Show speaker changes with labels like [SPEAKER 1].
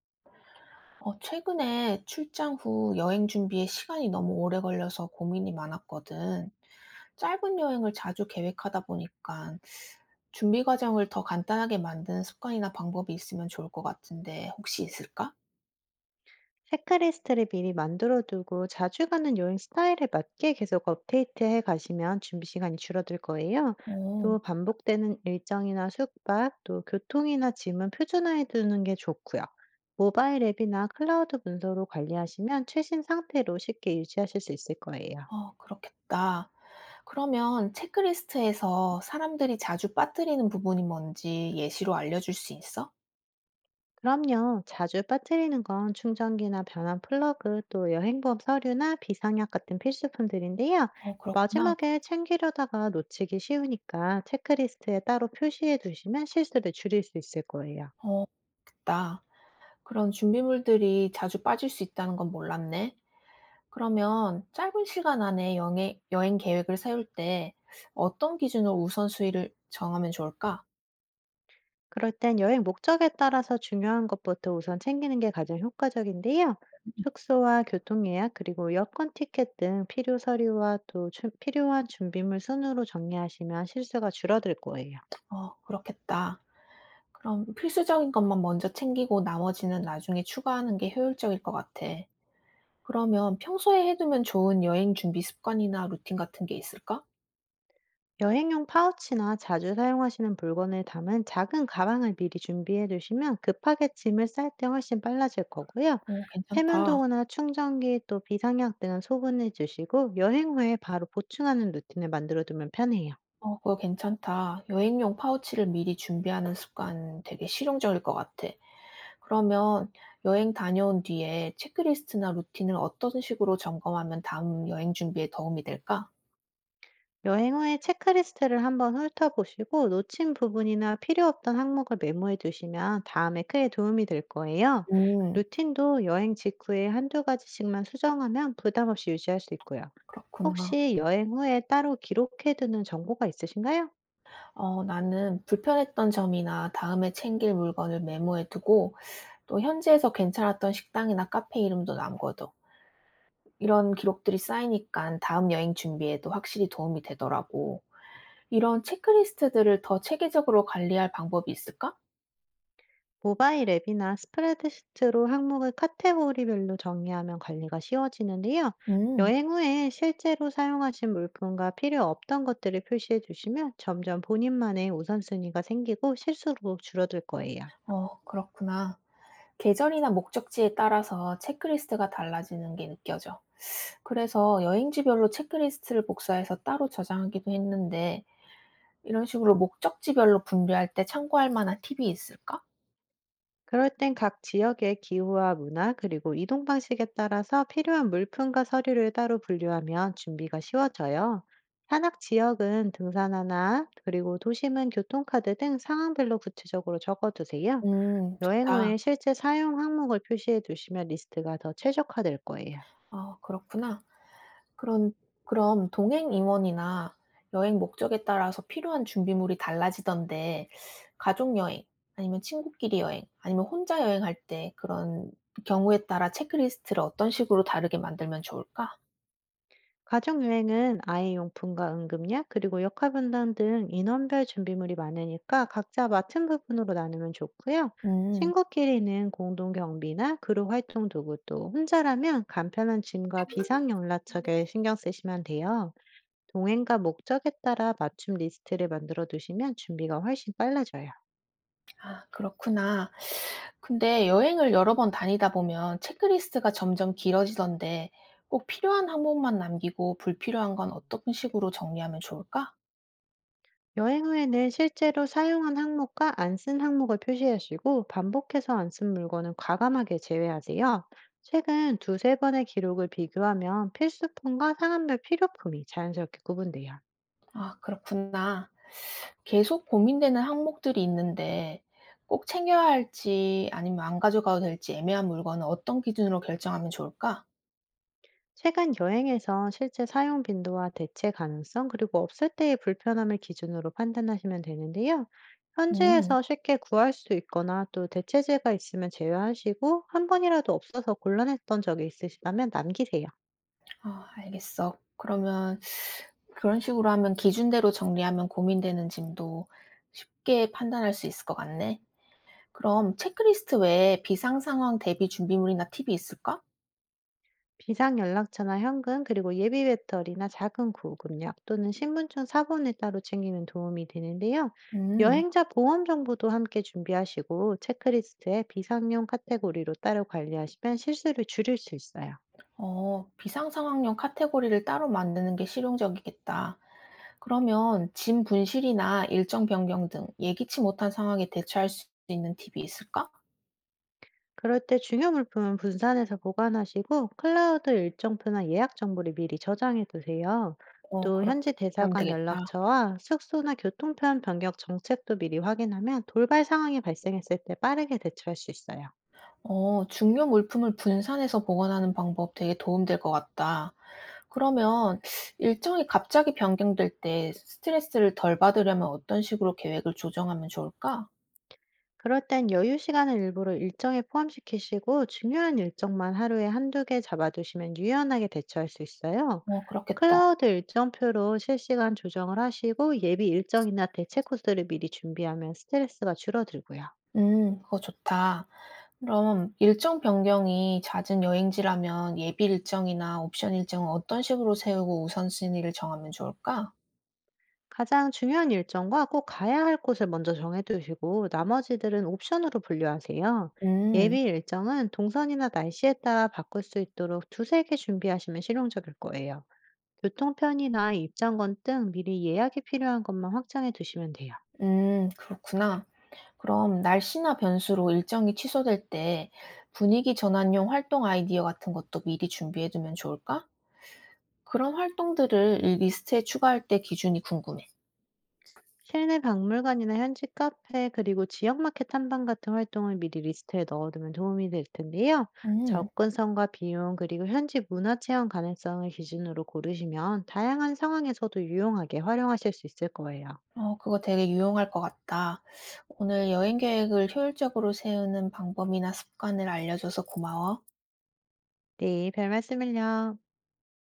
[SPEAKER 1] 최근에 출장 후 여행 준비에 시간이 너무 오래 걸려서 고민이 많았거든. 짧은 여행을 자주 계획하다 보니까 준비 과정을 더 간단하게 만드는 습관이나 방법이 있으면 좋을 것 같은데 혹시 있을까?
[SPEAKER 2] 체크리스트를 미리 만들어 두고 자주 가는 여행 스타일에 맞게 계속 업데이트해 가시면 준비 시간이 줄어들 거예요.
[SPEAKER 1] 어,
[SPEAKER 2] 또 반복되는 일정이나 숙박, 또 교통이나 짐은 표준화해 두는 게 좋고요. 모바일 앱이나 클라우드 문서로 관리하시면 최신 상태로 쉽게 유지하실 수 있을 거예요.
[SPEAKER 1] 어, 그렇겠다. 그러면 체크리스트에서 사람들이 자주 빠뜨리는 부분이 뭔지 예시로 알려줄 수 있어?
[SPEAKER 2] 그럼요. 자주 빠뜨리는 건 충전기나 변환 플러그, 또 여행보험 서류나 비상약 같은 필수품들인데요.
[SPEAKER 1] 어, 그렇구나.
[SPEAKER 2] 마지막에 챙기려다가 놓치기 쉬우니까 체크리스트에 따로 표시해 두시면 실수를 줄일 수 있을 거예요.
[SPEAKER 1] 어, 있다. 그런 준비물들이 자주 빠질 수 있다는 건 몰랐네. 그러면 짧은 시간 안에 여행 계획을 세울 때 어떤 기준으로 우선순위를 정하면 좋을까?
[SPEAKER 2] 그럴 땐 여행 목적에 따라서 중요한 것부터 우선 챙기는 게 가장 효과적인데요. 숙소와 교통 예약, 그리고 여권 티켓 등 필요 서류와 또 필요한 준비물 순으로 정리하시면 실수가 줄어들 거예요.
[SPEAKER 1] 어, 그렇겠다. 그럼 필수적인 것만 먼저 챙기고 나머지는 나중에 추가하는 게 효율적일 것 같아. 그러면 평소에 해두면 좋은 여행 준비 습관이나 루틴 같은 게 있을까?
[SPEAKER 2] 여행용 파우치나 자주 사용하시는 물건을 담은 작은 가방을 미리 준비해 두시면 급하게 짐을 쌀 때 훨씬 빨라질 거고요.
[SPEAKER 1] 어, 괜찮다.
[SPEAKER 2] 세면도구나 충전기 또 비상약 등은 소분해 주시고 여행 후에 바로 보충하는 루틴을 만들어 두면 편해요.
[SPEAKER 1] 어, 그거 괜찮다. 여행용 파우치를 미리 준비하는 습관 되게 실용적일 것 같아. 그러면 여행 다녀온 뒤에 체크리스트나 루틴을 어떤 식으로 점검하면 다음 여행 준비에 도움이 될까?
[SPEAKER 2] 여행 후에 체크리스트를 한번 훑어보시고 놓친 부분이나 필요 없던 항목을 메모해 두시면 다음에 크게 도움이 될 거예요.
[SPEAKER 1] 음,
[SPEAKER 2] 루틴도 여행 직후에 한두 가지씩만 수정하면 부담 없이 유지할 수 있고요.
[SPEAKER 1] 그렇구나.
[SPEAKER 2] 혹시 여행 후에 따로 기록해두는 정보가 있으신가요?
[SPEAKER 1] 어, 나는 불편했던 점이나 다음에 챙길 물건을 메모해 두고 또 현지에서 괜찮았던 식당이나 카페 이름도 남겨둬. 이런 기록들이 쌓이니까 다음 여행 준비에도 확실히 도움이 되더라고. 이런 체크리스트들을 더 체계적으로 관리할 방법이 있을까?
[SPEAKER 2] 모바일 앱이나 스프레드시트로 항목을 카테고리별로 정리하면 관리가 쉬워지는데요.
[SPEAKER 1] 음,
[SPEAKER 2] 여행 후에 실제로 사용하신 물품과 필요 없던 것들을 표시해 주시면 점점 본인만의 우선순위가 생기고 실수로 줄어들 거예요.
[SPEAKER 1] 어, 그렇구나. 계절이나 목적지에 따라서 체크리스트가 달라지는 게 느껴져. 그래서 여행지별로 체크리스트를 복사해서 따로 저장하기도 했는데, 이런 식으로 목적지별로 분류할 때 참고할 만한 팁이 있을까?
[SPEAKER 2] 그럴 땐 각 지역의 기후와 문화 그리고 이동 방식에 따라서 필요한 물품과 서류를 따로 분류하면 준비가 쉬워져요. 산악 지역은 등산화나 그리고 도심은 교통카드 등 상황별로 구체적으로 적어두세요. 여행
[SPEAKER 1] 좋다.
[SPEAKER 2] 후에 실제 사용 항목을 표시해 두시면 리스트가 더 최적화될 거예요.
[SPEAKER 1] 어, 그렇구나. 그런 그럼 동행 인원이나 여행 목적에 따라서 필요한 준비물이 달라지던데 가족 여행 아니면 친구끼리 여행 아니면 혼자 여행할 때 그런 경우에 따라 체크리스트를 어떤 식으로 다르게 만들면 좋을까?
[SPEAKER 2] 가족여행은 아이 용품과 응급약, 그리고 역할분담 등 인원별 준비물이 많으니까 각자 맡은 부분으로 나누면 좋고요.
[SPEAKER 1] 음.
[SPEAKER 2] 친구끼리는 공동 경비나 그룹 활동 도구 또 혼자라면 간편한 짐과 비상 연락처에 신경 쓰시면 돼요. 동행과 목적에 따라 맞춤 리스트를 만들어 두시면 준비가 훨씬 빨라져요.
[SPEAKER 1] 아, 그렇구나. 근데 여행을 여러 번 다니다 보면 체크리스트가 점점 길어지던데 꼭 필요한 항목만 남기고 불필요한 건 어떤 식으로 정리하면 좋을까?
[SPEAKER 2] 여행 후에는 실제로 사용한 항목과 안 쓴 항목을 표시하시고 반복해서 안 쓴 물건은 과감하게 제외하세요. 최근 두세 번의 기록을 비교하면 필수품과 상한별 필요품이 자연스럽게 구분돼요.
[SPEAKER 1] 아, 그렇구나. 계속 고민되는 항목들이 있는데 꼭 챙겨야 할지 아니면 안 가져가도 될지 애매한 물건은 어떤 기준으로 결정하면 좋을까?
[SPEAKER 2] 최근 여행에서 실제 사용 빈도와 대체 가능성 그리고 없을 때의 불편함을 기준으로 판단하시면 되는데요.
[SPEAKER 1] 음.
[SPEAKER 2] 현지에서 쉽게 구할 수 있거나 또 대체재가 있으면 제외하시고 한 번이라도 없어서 곤란했던 적이 있으시다면 남기세요.
[SPEAKER 1] 아, 알겠어. 그러면 그런 식으로 하면 기준대로 정리하면 고민되는 짐도 쉽게 판단할 수 있을 것 같네. 그럼 체크리스트 외에 비상 상황 대비 준비물이나 팁이 있을까?
[SPEAKER 2] 비상 연락처나 현금, 그리고 예비 배터리나 작은 구급약 또는 신분증 사본을 따로 챙기면 도움이 되는데요.
[SPEAKER 1] 음.
[SPEAKER 2] 여행자 보험 정보도 함께 준비하시고 체크리스트에 비상용 카테고리로 따로 관리하시면 실수를 줄일 수 있어요.
[SPEAKER 1] 어, 비상상황용 카테고리를 따로 만드는 게 실용적이겠다. 그러면 짐 분실이나 일정 변경 등 예기치 못한 상황에 대처할 수 있는 팁이 있을까?
[SPEAKER 2] 그럴 때 중요 물품은 분산해서 보관하시고 클라우드 일정표나 예약 정보를 미리 저장해 두세요.
[SPEAKER 1] 어,
[SPEAKER 2] 또
[SPEAKER 1] 그렇게
[SPEAKER 2] 현지
[SPEAKER 1] 하면
[SPEAKER 2] 대사관
[SPEAKER 1] 되겠다.
[SPEAKER 2] 연락처와 숙소나 교통편 변경 정책도 미리 확인하면 돌발 상황이 발생했을 때 빠르게 대처할 수 있어요.
[SPEAKER 1] 어, 중요 물품을 분산해서 보관하는 방법 되게 도움될 것 같다. 그러면 일정이 갑자기 변경될 때 스트레스를 덜 받으려면 어떤 식으로 계획을 조정하면 좋을까?
[SPEAKER 2] 그럴 땐 여유 시간을 일부러 일정에 포함시키시고 중요한 일정만 하루에 한두 개 잡아두시면 유연하게 대처할 수 있어요.
[SPEAKER 1] 어, 그렇겠다.
[SPEAKER 2] 클라우드 일정표로 실시간 조정을 하시고 예비 일정이나 대체 코스를 미리 준비하면 스트레스가 줄어들고요.
[SPEAKER 1] 그거 좋다. 그럼 일정 변경이 잦은 여행지라면 예비 일정이나 옵션 일정은 어떤 식으로 세우고 우선순위를 정하면 좋을까?
[SPEAKER 2] 가장 중요한 일정과 꼭 가야 할 곳을 먼저 정해두시고 나머지들은 옵션으로 분류하세요.
[SPEAKER 1] 음,
[SPEAKER 2] 예비 일정은 동선이나 날씨에 따라 바꿀 수 있도록 두세 개 준비하시면 실용적일 거예요. 교통편이나 입장권 등 미리 예약이 필요한 것만 확장해 두시면 돼요.
[SPEAKER 1] 그렇구나. 그럼 날씨나 변수로 일정이 취소될 때 분위기 전환용 활동 아이디어 같은 것도 미리 준비해두면 좋을까? 그런 활동들을 이 리스트에 추가할 때 기준이 궁금해.
[SPEAKER 2] 실내 박물관이나 현지 카페, 그리고 지역 마켓 탐방 같은 활동을 미리 리스트에 넣어두면 도움이 될 텐데요.
[SPEAKER 1] 음,
[SPEAKER 2] 접근성과 비용, 그리고 현지 문화 체험 가능성을 기준으로 고르시면 다양한 상황에서도 유용하게 활용하실 수 있을 거예요.
[SPEAKER 1] 어, 그거 되게 유용할 것 같다. 오늘 여행 계획을 효율적으로 세우는 방법이나 습관을 알려줘서 고마워.
[SPEAKER 2] 네, 별 말씀을요.